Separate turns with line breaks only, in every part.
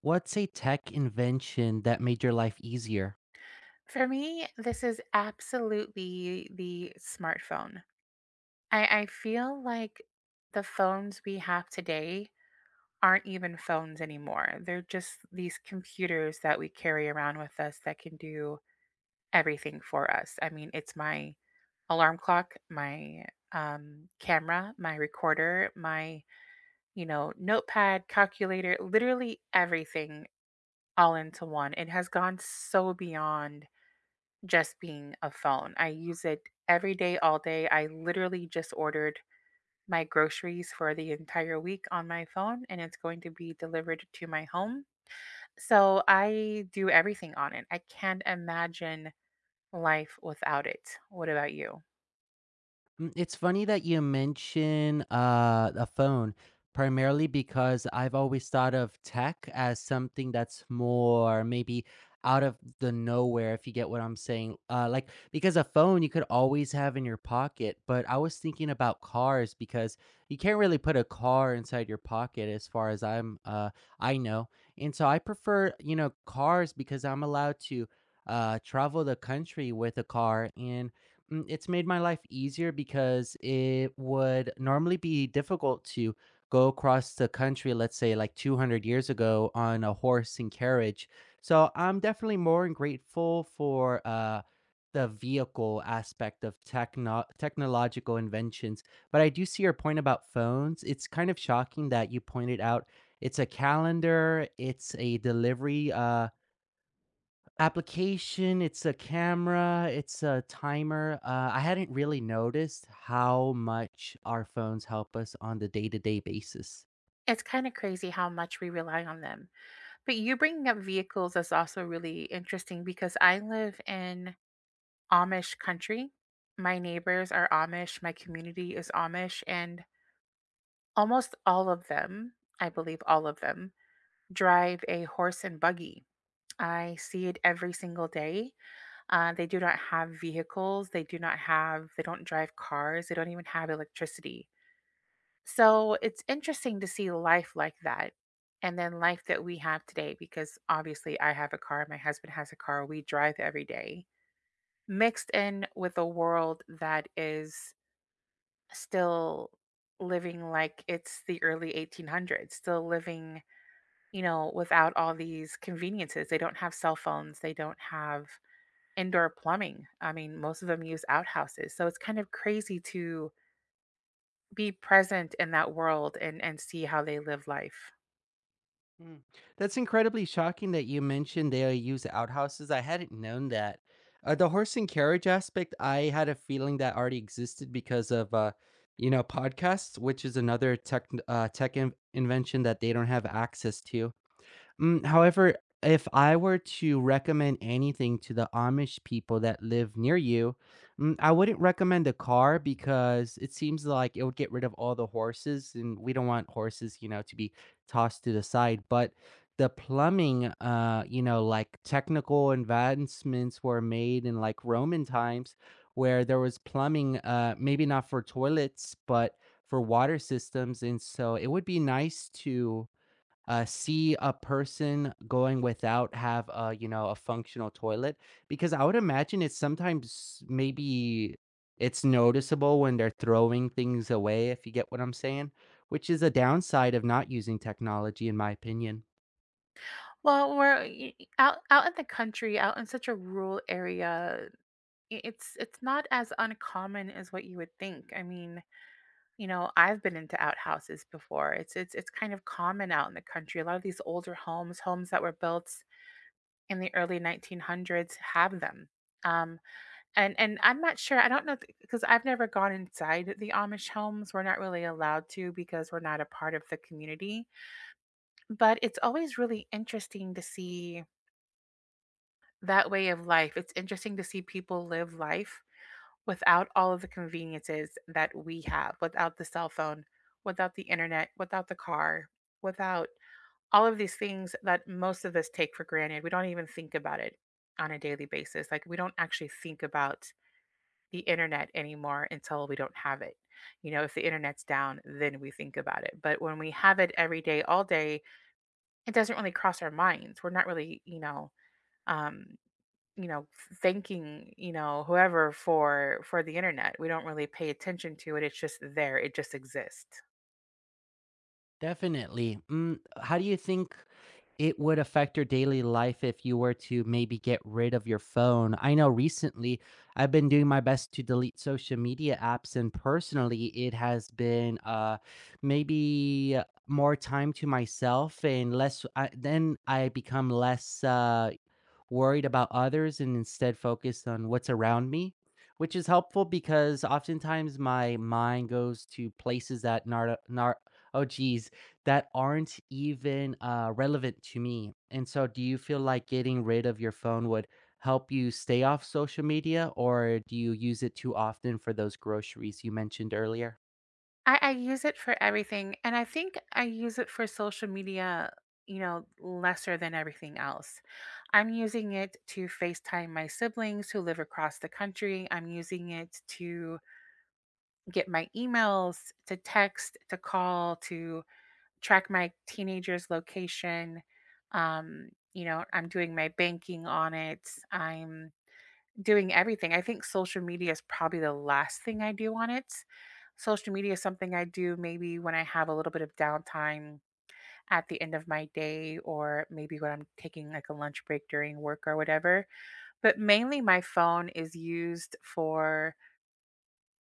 What's a tech invention that made your life easier?
For me, this is absolutely the smartphone. I feel like the phones we have today aren't even phones anymore. They're just these computers that we carry around with us that can do everything for us. I mean, it's my alarm clock, my camera, my recorder, my notepad, calculator, literally everything all into one. It has gone so beyond just being a phone. I use it every day, all day. I literally just ordered my groceries for the entire week on my phone, and it's going to be delivered to my home. So I do everything on it. I can't imagine life without it. What about you?
It's funny that you mention a phone, primarily because I've always thought of tech as something that's more maybe out of the nowhere, if you get what I'm saying. Like, because a phone you could always have in your pocket, but I was thinking about cars because you can't really put a car inside your pocket, as far as I know. And so I prefer, cars because I'm allowed to travel the country with a car, and it's made my life easier because it would normally be difficult to go across the country, let's say like 200 years ago, on a horse and carriage. So I'm definitely more grateful for the vehicle aspect of technological inventions. But I do see your point about phones. It's kind of shocking that you pointed out it's a calendar, it's a delivery, application, it's a camera, it's a timer. I hadn't really noticed how much our phones help us on the day-to-day basis.
It's kind of crazy how much we rely on them. But you bringing up vehicles is also really interesting because I live in Amish country. My neighbors are Amish, my community is Amish, and almost all of them, I believe all of them, drive a horse and buggy. I see it every single day. They do not have vehicles. They do not have, They don't drive cars. They don't even have electricity. So it's interesting to see life like that and then life that we have today because obviously I have a car, my husband has a car, we drive every day, mixed in with a world that is still living like it's the early 1800s, still living, without all these conveniences. They don't have cell phones, they don't have indoor plumbing. I mean, most of them use outhouses. So it's kind of crazy to be present in that world and see how they live life.
Mm. That's incredibly shocking that you mentioned they use outhouses. I hadn't known that. The horse and carriage aspect, I had a feeling that already existed because of podcasts, which is another tech invention that they don't have access to. However, if I were to recommend anything to the Amish people that live near you, I wouldn't recommend a car because it seems like it would get rid of all the horses, and we don't want horses, you know, to be tossed to the side. But the plumbing, like technical advancements were made in like Roman times where there was plumbing, maybe not for toilets, but for water systems. And so it would be nice to see a person going without have a you know a functional toilet because I would imagine it's sometimes maybe it's noticeable when they're throwing things away, if you get what I'm saying, which is a downside of not using technology, in my opinion.
Well, we're out in the country, out in such a rural area. It's not as uncommon as what you would think. I mean, you know, I've been into outhouses before. It's kind of common out in the country. A lot of these older homes, homes that were built in the early 1900s have them. Um, and I'm not sure. I don't know because I've never gone inside the Amish homes. We're not really allowed to because we're not a part of the community. But it's always really interesting to see that way of life. It's interesting to see people live life without all of the conveniences that we have, without the cell phone, without the internet, without the car, without all of these things that most of us take for granted. We don't even think about it on a daily basis. Like, we don't actually think about the internet anymore until we don't have it. You know, if the internet's down, then we think about it. But when we have it every day, all day, it doesn't really cross our minds. We're not really, you know, um, you know thanking, you know, whoever for the internet. We don't really pay attention to it. It's just there, it just exists.
Definitely. How do you think it would affect your daily life if you were to maybe get rid of your phone? I know recently I've been doing my best to delete social media apps, and personally, it has been maybe more time to myself and then I become less, worried about others and instead focused on what's around me, which is helpful because oftentimes my mind goes to places that oh geez, that aren't even relevant to me. And so, do you feel like getting rid of your phone would help you stay off social media, or do you use it too often for those groceries you mentioned earlier?
I use it for everything. And I think I use it for social media, you know, lesser than everything else. I'm using it to FaceTime my siblings who live across the country. I'm using it to get my emails, to text, to call, to track my teenager's location. I'm doing my banking on it. I'm doing everything. I think social media is probably the last thing I do on it. Social media is something I do maybe when I have a little bit of downtime at the end of my day, or maybe when I'm taking like a lunch break during work or whatever. But mainly, my phone is used for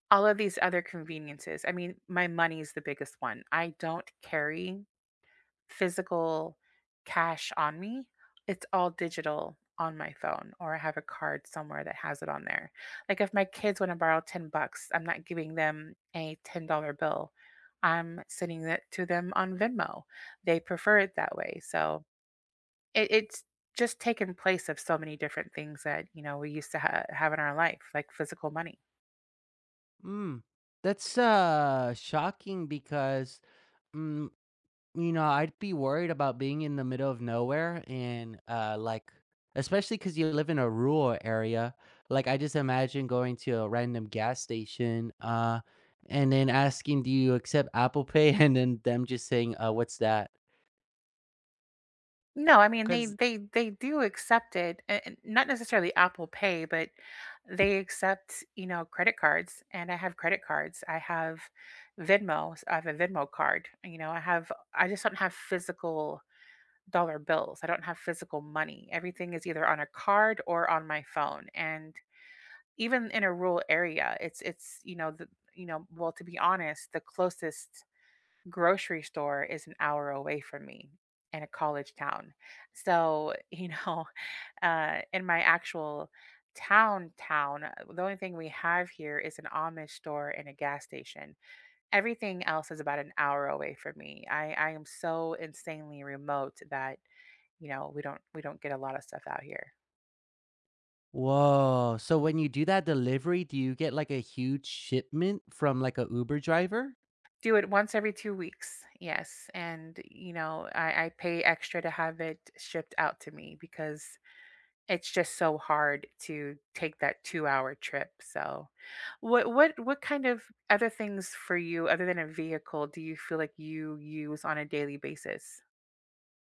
all of these other conveniences. I mean, my money is the biggest one. I don't carry physical cash on me. It's all digital on my phone, or I have a card somewhere that has it on there. Like if my kids want to borrow $10, I'm not giving them a $10 bill. I'm sending it to them on Venmo. They prefer it that way. So it's just taken place of so many different things that, you know, we used to have in our life, like physical money.
Mm. That's shocking because mm, I'd be worried about being in the middle of nowhere and, like, especially because you live in a rural area. Like, I just imagine going to a random gas station, and then asking, "Do you accept Apple Pay?" And then them just saying, "What's that?"
No, I mean, they
Because
they they do accept it, a and not necessarily Apple Pay, but they accept, you know, credit cards, and I have credit cards. I have Venmo. So I have a Venmo card, you know, I have— I just don't have physical dollar bills. I don't have physical money. Everything is either on a card or on my phone, and even in a rural area, you know, well, to be honest, the closest grocery store is an hour away from me in a college town. So, you know, in my actual town, the only thing we have here is an Amish store and a gas station. Everything else is about an hour away from me. I am so insanely remote that, you know, we don't get a lot of stuff out here.
Whoa. So when you do that delivery, do you get, like, a huge shipment from, like, a Uber driver?
Do it once every 2 weeks, yes. And you know, I pay extra to have it shipped out to me because it's just so hard to take that 2-hour trip. So what kind of other things for you, other than a vehicle, do you feel like you use on a daily basis?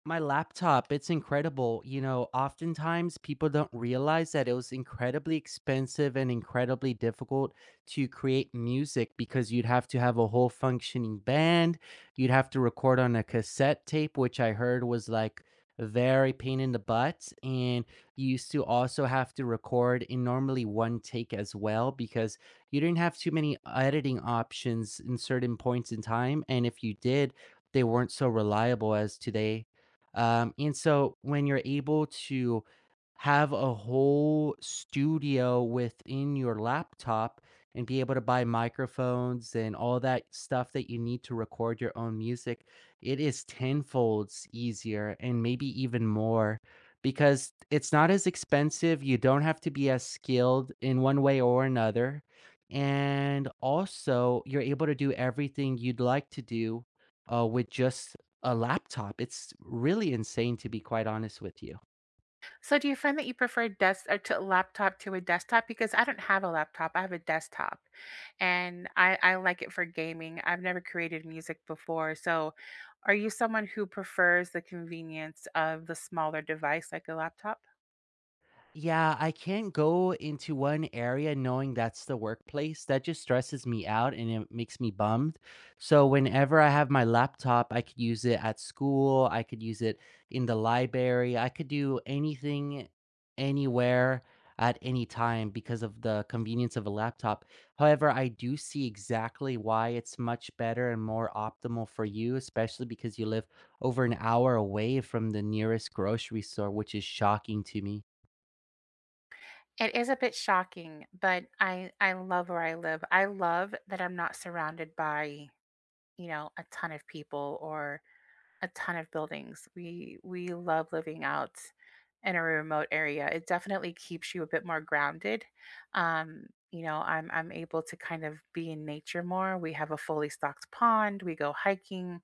My laptop, it's incredible. You know, oftentimes people don't realize that it was incredibly expensive and incredibly difficult to create music because you'd have to have a whole functioning band. You'd have to record on a cassette tape, which I heard was like very pain in the butt. And you used to also have to record in normally one take as well because you didn't have too many editing options in certain points in time. And if you did, they weren't so reliable as today. And so when you're able to have a whole studio within your laptop and be able to buy microphones and all that stuff that you need to record your own music, it is tenfold easier and maybe even more because it's not as expensive. You don't have to be as skilled in one way or another. And also, you're able to do everything you'd like to do with just a laptop. It's really insane, to be quite honest with you.
So do you find that you prefer desk or to laptop to a desktop? Because I don't have a laptop, I have a desktop, and I like it for gaming. I've never created music before, so are you someone who prefers the convenience of the smaller device like a laptop?
Yeah, I can't go into one area knowing that's the workplace. That just stresses me out and it makes me bummed. So whenever I have my laptop, I could use it at school, I could use it in the library, I could do anything anywhere at any time because of the convenience of a laptop. However, I do see exactly why it's much better and more optimal for you, especially because you live over an hour away from the nearest grocery store, which is shocking to me.
It is a bit shocking, but I love where I live. I love that I'm not surrounded by, you know, a ton of people or a ton of buildings. We love living out in a remote area. It definitely keeps you a bit more grounded. Um, I'm able to kind of be in nature more. We have a fully stocked pond. We go hiking.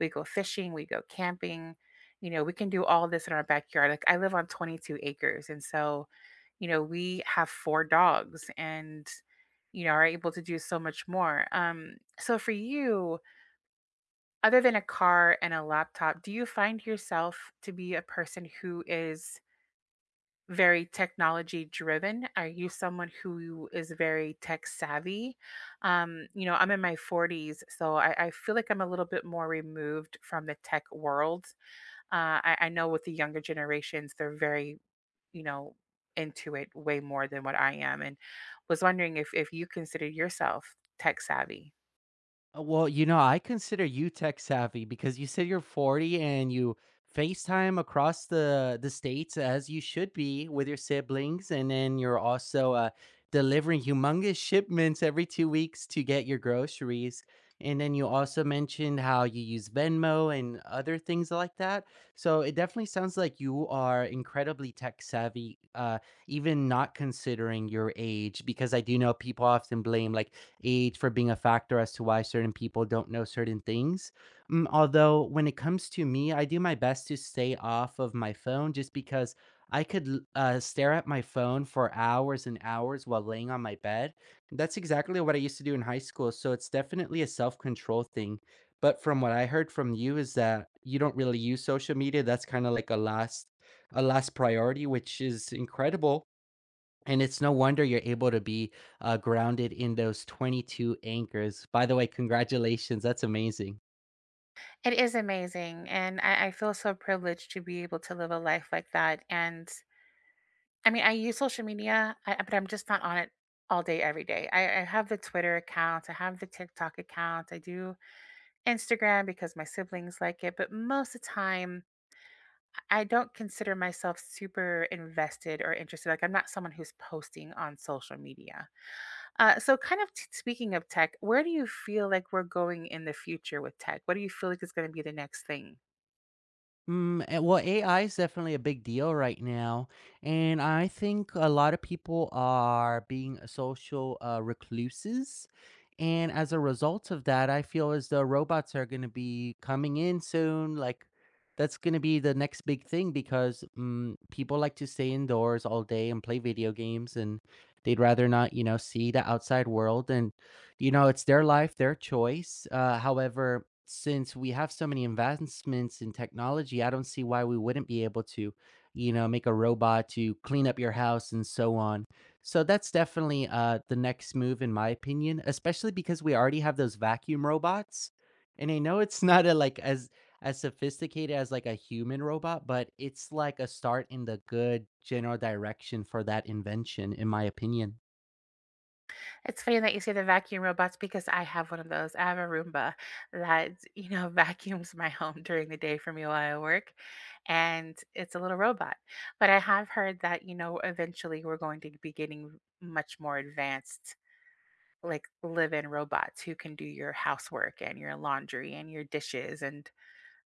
We go fishing, we go camping, you know, we can do all this in our backyard. Like, I live on 22 acres and so, you know, we have four dogs and, you know, are able to do so much more. So for you, other than a car and a laptop, do you find yourself to be a person who is very technology driven? Are you someone who is very tech savvy? You know, I'm in my 40s, so I feel like I'm a little bit more removed from the tech world. I know with the younger generations, they're very, you know, into it way more than what I am, and was wondering if you consider yourself tech savvy.
Well, you know, I consider you tech savvy because you said you're 40, and you FaceTime across the states as you should be with your siblings, and then you're also delivering humongous shipments every 2 weeks to get your groceries. And then you also mentioned how you use Venmo and other things like that. So it definitely sounds like you are incredibly tech savvy, even not considering your age, because I do know people often blame like age for being a factor as to why certain people don't know certain things. Mm, although when it comes to me, I do my best to stay off of my phone just because I could stare at my phone for hours and hours while laying on my bed. That's exactly what I used to do in high school. So it's definitely a self control thing. But from what I heard from you is that you don't really use social media. That's kind of like a last priority, which is incredible. And it's no wonder you're able to be, grounded in those 22 anchors. By the way, congratulations, that's amazing.
It is amazing, and I feel so privileged to be able to live a life like that. And I mean, I use social media, but I'm just not on it all day every day. I have the Twitter account, I have the TikTok account, I do Instagram because my siblings like it, but most of the time I don't consider myself super invested or interested. Like, I'm not someone who's posting on social media. Speaking of tech, where do you feel like we're going in the future with tech? What do you feel like is going to be the next thing?
Well, AI is definitely a big deal right now, and I think a lot of people are being social recluses, and as a result of that, I feel as though robots are going to be coming in soon. Like that's going to be the next big thing because people like to stay indoors all day and play video games, and they'd rather not, you know, see the outside world. And you know, it's their life, their choice. However, since we have so many advancements in technology, I don't see why we wouldn't be able to, you know, make a robot to clean up your house and so on. So that's definitely the next move, in my opinion, especially because we already have those vacuum robots. And I know it's not like as sophisticated as like a human robot, but it's like a start in the good general direction for that invention, in my opinion.
It's funny that you say the vacuum robots because I have one of those. I have a Roomba that, you know, vacuums my home during the day for me while I work. And it's a little robot. But I have heard that, you know, eventually we're going to be getting much more advanced like live-in robots who can do your housework and your laundry and your dishes, and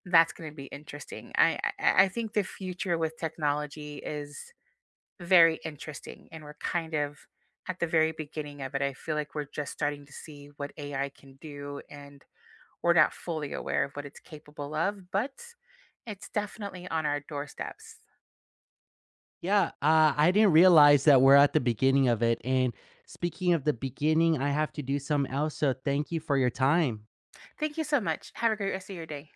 that's going to be interesting. I think the future with technology is very interesting and we're kind of at the very beginning of it. I feel like we're just starting to see what AI can do and we're not fully aware of what it's capable of, but it's definitely on our doorsteps.
Yeah, I didn't realize that we're at the beginning of it. And speaking of the beginning, I have to do something else. So thank you for your time.
Thank you so much. Have a great rest of your day.